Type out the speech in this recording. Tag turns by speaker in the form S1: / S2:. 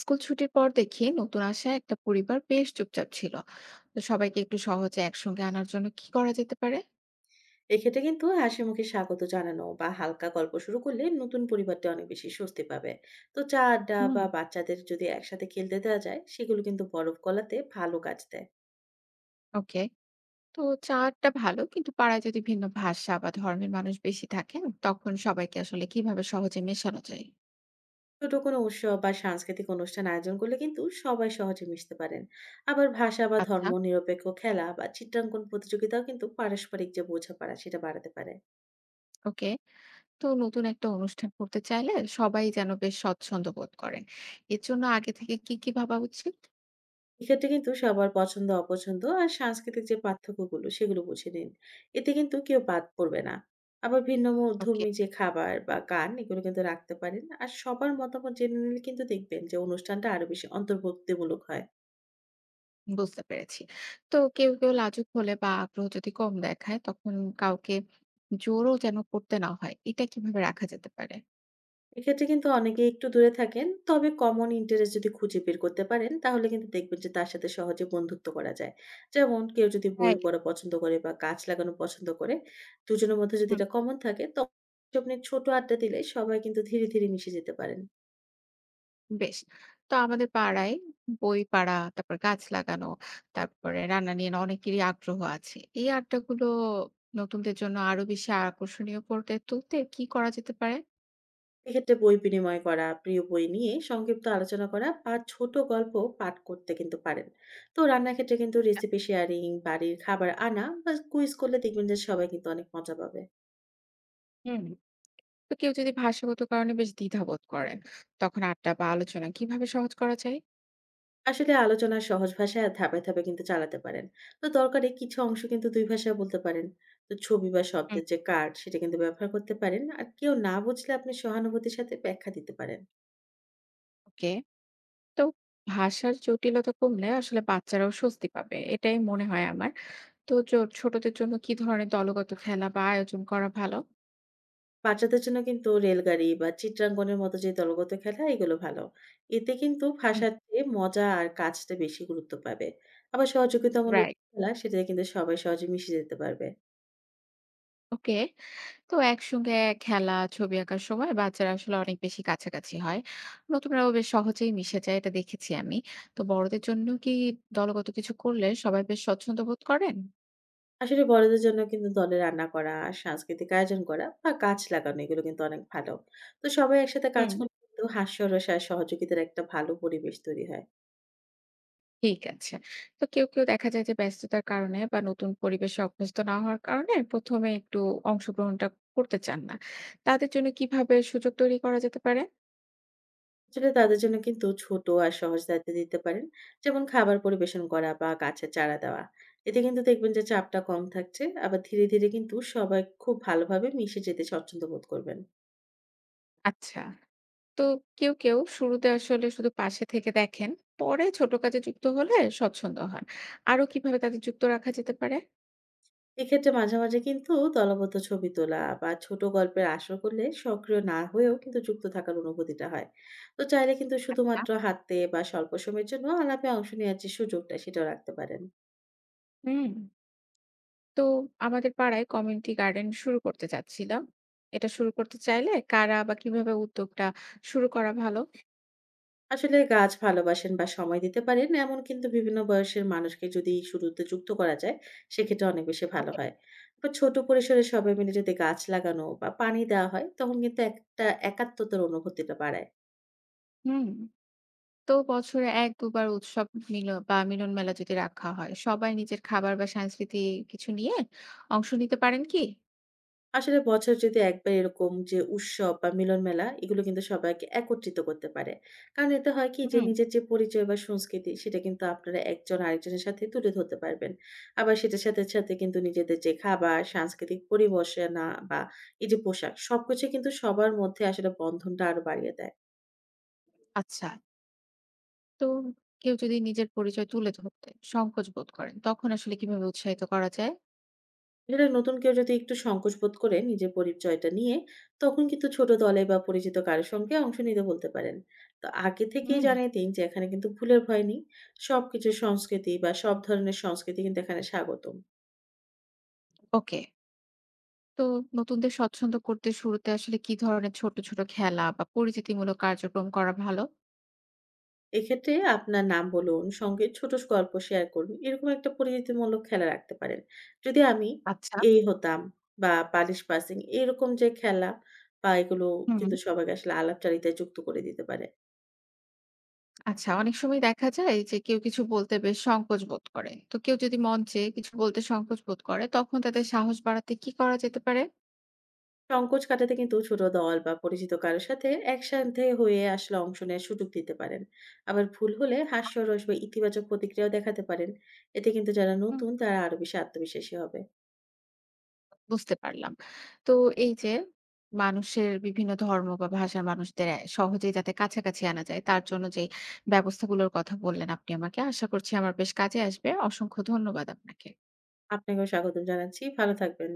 S1: School ছুটির পর দেখি নতুন আসা একটা পরিবার বেশ চুপচাপ ছিল। তো সবাইকে একটু সহজে একসঙ্গে আনার জন্য কি করা যেতে পারে?
S2: এক্ষেত্রে কিন্তু হাসিমুখে স্বাগত জানানো বা হালকা গল্প শুরু করলে নতুন পরিবারটা অনেক বেশি স্বস্তি পাবে। তো চা আড্ডা
S1: হুম।
S2: বা বাচ্চাদের যদি একসাথে খেলতে দেওয়া যায় সেগুলো কিন্তু বরফ গলাতে ভালো কাজ দেয়।
S1: ওকে। তো চাটা ভালো, কিন্তু পাড়ায় যদি ভিন্ন ভাষা বা ধর্মের মানুষ বেশি থাকেন, তখন সবাইকে আসলে কিভাবে সহজে মেশানো যায়?
S2: ছোট কোনো উৎসব বা সাংস্কৃতিক অনুষ্ঠান আয়োজন করলে কিন্তু সবাই সহজে মিশতে পারেন। আবার ভাষা বা
S1: আচ্ছা।
S2: ধর্ম নিরপেক্ষ খেলা বা চিত্রাঙ্কন প্রতিযোগিতাও কিন্তু পারস্পরিক যে বোঝাপড়া সেটা বাড়াতে পারে।
S1: ওকে। তো নতুন একটা অনুষ্ঠান করতে চাইলে সবাই যেন বেশ স্বচ্ছন্দ বোধ করেন, এর জন্য আগে থেকে কি কি ভাবা উচিত?
S2: এক্ষেত্রে কিন্তু সবার পছন্দ অপছন্দ আর সাংস্কৃতিক যে পার্থক্যগুলো সেগুলো বুঝে নিন। এতে কিন্তু কেউ বাদ পড়বে না। আবার ভিন্ন মো-
S1: ওকে,
S2: ধর্মী যে খাবার বা গান এগুলো কিন্তু রাখতে পারেন, আর সবার মতামত জেনে নিলে কিন্তু দেখবেন যে অনুষ্ঠানটা আরো বেশি অন্তর্ভুক্তিমূলক হয়।
S1: বুঝতে পেরেছি। তো কেউ, কেউ লাজুক হলে বা আগ্রহ যদি কম দেখায়, তখন কাউকে জোরও যেন করতে না হয়, এটা কিভাবে রাখা যেতে পারে?
S2: এক্ষেত্রে কিন্তু অনেকেই একটু দূরে থাকেন। তবে কমন ইন্টারেস্ট যদি খুঁজে বের করতে পারেন, তাহলে কিন্তু দেখবেন যে তার সাথে সহজে বন্ধুত্ব করা যায়। যেমন কেউ যদি বই
S1: রাইট।
S2: পড়া পছন্দ করে বা গাছ লাগানো পছন্দ করে, দুজনের মধ্যে যদি
S1: হুম।
S2: এটা কমন থাকে, তখন আপনি ছোট আড্ডা দিলে সবাই কিন্তু ধীরে ধীরে মিশে যেতে পারেন।
S1: বেশ। তো আমাদের পাড়ায় বই পাড়া, তারপর গাছ লাগানো, তারপরে রান্না নিয়ে না অনেকেরই আগ্রহ আছে। এই আড্ডাগুলো নতুনদের জন্য আরো বেশি আকর্ষণীয় করে তুলতে কি করা যেতে পারে?
S2: এক্ষেত্রে বই বিনিময় করা, প্রিয় বই নিয়ে সংক্ষিপ্ত আলোচনা করা বা ছোট গল্প পাঠ করতে কিন্তু পারেন। তো রান্নার ক্ষেত্রে কিন্তু রেসিপি শেয়ারিং, বাড়ির খাবার আনা বা কুইজ করলে দেখবেন যে সবাই কিন্তু অনেক মজা পাবে।
S1: হুম। তো কেউ যদি ভাষাগত কারণে বেশ দ্বিধাবোধ করেন, তখন আড্ডা বা আলোচনা কিভাবে সহজ করা যায়?
S2: আসলে আলোচনা সহজ ভাষায় আর ধাপে ধাপে কিন্তু চালাতে পারেন। তো দরকারে কিছু অংশ কিন্তু ২ ভাষায় বলতে পারেন। তো ছবি বা
S1: হুম।
S2: শব্দের যে কার্ড সেটা কিন্তু ব্যবহার করতে পারেন। আর কেউ না বুঝলে আপনি সহানুভূতির সাথে ব্যাখ্যা দিতে পারেন।
S1: ওকে। তো ভাষার জটিলতা কমলে আসলে বাচ্চারাও স্বস্তি পাবে, এটাই মনে হয় আমার। তো চ ছোটদের জন্য কি ধরনের দলগত খেলা বা আয়োজন করা ভালো?
S2: বাচ্চাদের জন্য কিন্তু রেলগাড়ি বা চিত্রাঙ্কনের মতো যে দলগত খেলা এগুলো ভালো। এতে কিন্তু
S1: হুম।
S2: ভাষার চেয়ে মজা আর কাজটা বেশি গুরুত্ব পাবে। আবার সহযোগিতামূলক
S1: রাইট।
S2: খেলা সেটাতে কিন্তু সবাই সহজে মিশে যেতে পারবে।
S1: ওকে। তো একসঙ্গে খেলা, ছবি আঁকার সময় বাচ্চারা আসলে অনেক বেশি কাছাকাছি হয়। নতুনরাও বেশ সহজেই মিশে যায়, এটা দেখেছি আমি। তো বড়দের জন্য কি দলগত কিছু করলে সবাই বেশ স্বচ্ছন্দ বোধ করেন?
S2: আসলে বড়দের জন্য কিন্তু দলে রান্না করা, সাংস্কৃতিক আয়োজন করা বা গাছ লাগানো এগুলো কিন্তু অনেক ভালো। তো সবাই একসাথে কাজ
S1: হুম।
S2: করলে কিন্তু হাস্যরস আর সহযোগিতার একটা ভালো পরিবেশ তৈরি হয়।
S1: ঠিক আছে। তো কেউ, কেউ দেখা যায় যে ব্যস্ততার কারণে বা নতুন পরিবেশে অভ্যস্ত না হওয়ার কারণে ১ম এ একটু অংশগ্রহণটা করতে চান না। তাদের জন্য কিভাবে সুযোগ তৈরি করা যেতে পারে?
S2: আসলে তাদের জন্য কিন্তু ছোট আর সহজ দায়িত্ব দিতে পারেন। যেমন খাবার পরিবেশন করা বা গাছের চারা দেওয়া। এতে কিন্তু দেখবেন যে চাপটা কম থাকছে। আবার ধীরে ধীরে কিন্তু সবাই খুব ভালোভাবে মিশে যেতে স্বচ্ছন্দ বোধ করবেন।
S1: আচ্ছা। তো কেউ, কেউ শুরুতে আসলে শুধু পাশে থেকে দেখেন, পরে ছোট কাজে যুক্ত হলে স্বচ্ছন্দ হন। আরো কিভাবে তাদের যুক্ত রাখা যেতে পারে?
S2: এক্ষেত্রে মাঝে মাঝে কিন্তু দলবদ্ধ ছবি তোলা বা ছোট গল্পের আসর করলে সক্রিয় না হয়েও কিন্তু যুক্ত থাকার অনুভূতিটা হয়। তো চাইলে কিন্তু
S1: আচ্ছা।
S2: শুধুমাত্র হাঁটতে বা স্বল্প সময়ের জন্য আলাপে অংশ নেওয়ার যে সুযোগটা সেটাও রাখতে পারেন।
S1: হুম। তো আমাদের পাড়ায় কমিউনিটি গার্ডেন শুরু করতে চাচ্ছিলাম। এটা শুরু করতে চাইলে কারা বা কিভাবে উদ্যোগটা শুরু করা ভালো?
S2: আসলে গাছ ভালোবাসেন বা সময় দিতে পারেন এমন কিন্তু বিভিন্ন বয়সের মানুষকে যদি শুরুতে যুক্ত করা যায় সেক্ষেত্রে অনেক বেশি ভালো
S1: ওকে।
S2: হয়। আবার ছোট পরিসরে সবাই মিলে যদি গাছ লাগানো বা পানি দেওয়া হয় তখন কিন্তু একটা একাত্মতার অনুভূতিটা বাড়ায়।
S1: হুম। তো বছরে ১-২ বার উৎসব মিল বা মিলন মেলা যদি রাখা হয়, সবাই নিজের খাবার বা সাংস্কৃতিক কিছু নিয়ে অংশ নিতে পারেন কি?
S2: আসলে বছর যদি একবার এরকম যে উৎসব বা মিলন মেলা এগুলো কিন্তু সবাইকে একত্রিত করতে পারে। কারণ এতে হয় কি যে
S1: হুম।
S2: নিজের যে পরিচয় বা সংস্কৃতি সেটা কিন্তু আপনারা একজন আরেকজনের সাথে তুলে ধরতে পারবেন। আবার সেটার সাথে সাথে কিন্তু নিজেদের যে খাবার, সাংস্কৃতিক পরিবেশনা বা এই যে পোশাক সবকিছু কিন্তু সবার মধ্যে আসলে বন্ধনটা আরো বাড়িয়ে দেয়।
S1: আচ্ছা। তো কেউ যদি নিজের পরিচয় তুলে ধরতে সংকোচ বোধ করেন, তখন আসলে কিভাবে উৎসাহিত করা যায়?
S2: আসলে নতুন কেউ যদি একটু সংকোচ বোধ করে নিজের পরিচয়টা নিয়ে, তখন কিন্তু ছোট দলে বা পরিচিত কারোর সঙ্গে অংশ নিতে বলতে পারেন। তো আগে থেকেই
S1: হুম।
S2: জানিয়ে দিন যে এখানে কিন্তু ভুলের ভয় নেই। সবকিছু সংস্কৃতি বা সব ধরনের সংস্কৃতি কিন্তু এখানে স্বাগতম।
S1: ওকে। তো নতুনদের স্বচ্ছন্দ করতে শুরুতে আসলে কি ধরনের ছোট, ছোট খেলা বা পরিচিতিমূলক কার্যক্রম করা ভালো?
S2: এক্ষেত্রে আপনার নাম বলুন, সঙ্গে ছোট গল্প শেয়ার করুন, এরকম একটা পরিচিতিমূলক খেলা রাখতে পারেন। যদি আমি
S1: আচ্ছা।
S2: এই হতাম বা পালিশ পাসিং এরকম যে খেলা বা এগুলো
S1: হুম।
S2: কিন্তু সবাইকে আসলে আলাপচারিতায় যুক্ত করে দিতে পারে।
S1: আচ্ছা, অনেক সময় দেখা যায় যে কেউ কিছু বলতে বেশ সংকোচ বোধ করে। তো কেউ যদি মঞ্চে কিছু বলতে সংকোচ বোধ করে, তখন তাদের সাহস বাড়াতে কি করা যেতে পারে?
S2: সংকোচ কাটাতে কিন্তু ছোট দল বা পরিচিত কারো সাথে একসাথে হয়ে আসলে অংশ নেওয়ার সুযোগ দিতে পারেন। আবার ভুল হলে হাস্যরস বা ইতিবাচক প্রতিক্রিয়াও দেখাতে পারেন। এতে কিন্তু যারা
S1: হুম,
S2: নতুন তারা আরো বেশি আত্মবিশ্বাসী হবে।
S1: বুঝতে পারলাম। তো এই যে মানুষের বিভিন্ন ধর্ম বা ভাষার মানুষদের সহজেই যাতে কাছাকাছি আনা যায়, তার জন্য যে ব্যবস্থাগুলোর কথা বললেন আপনি আমাকে, আশা করছি আমার বেশ কাজে আসবে। অসংখ্য ধন্যবাদ আপনাকে।
S2: আপনাকেও স্বাগতম জানাচ্ছি, ভালো থাকবেন।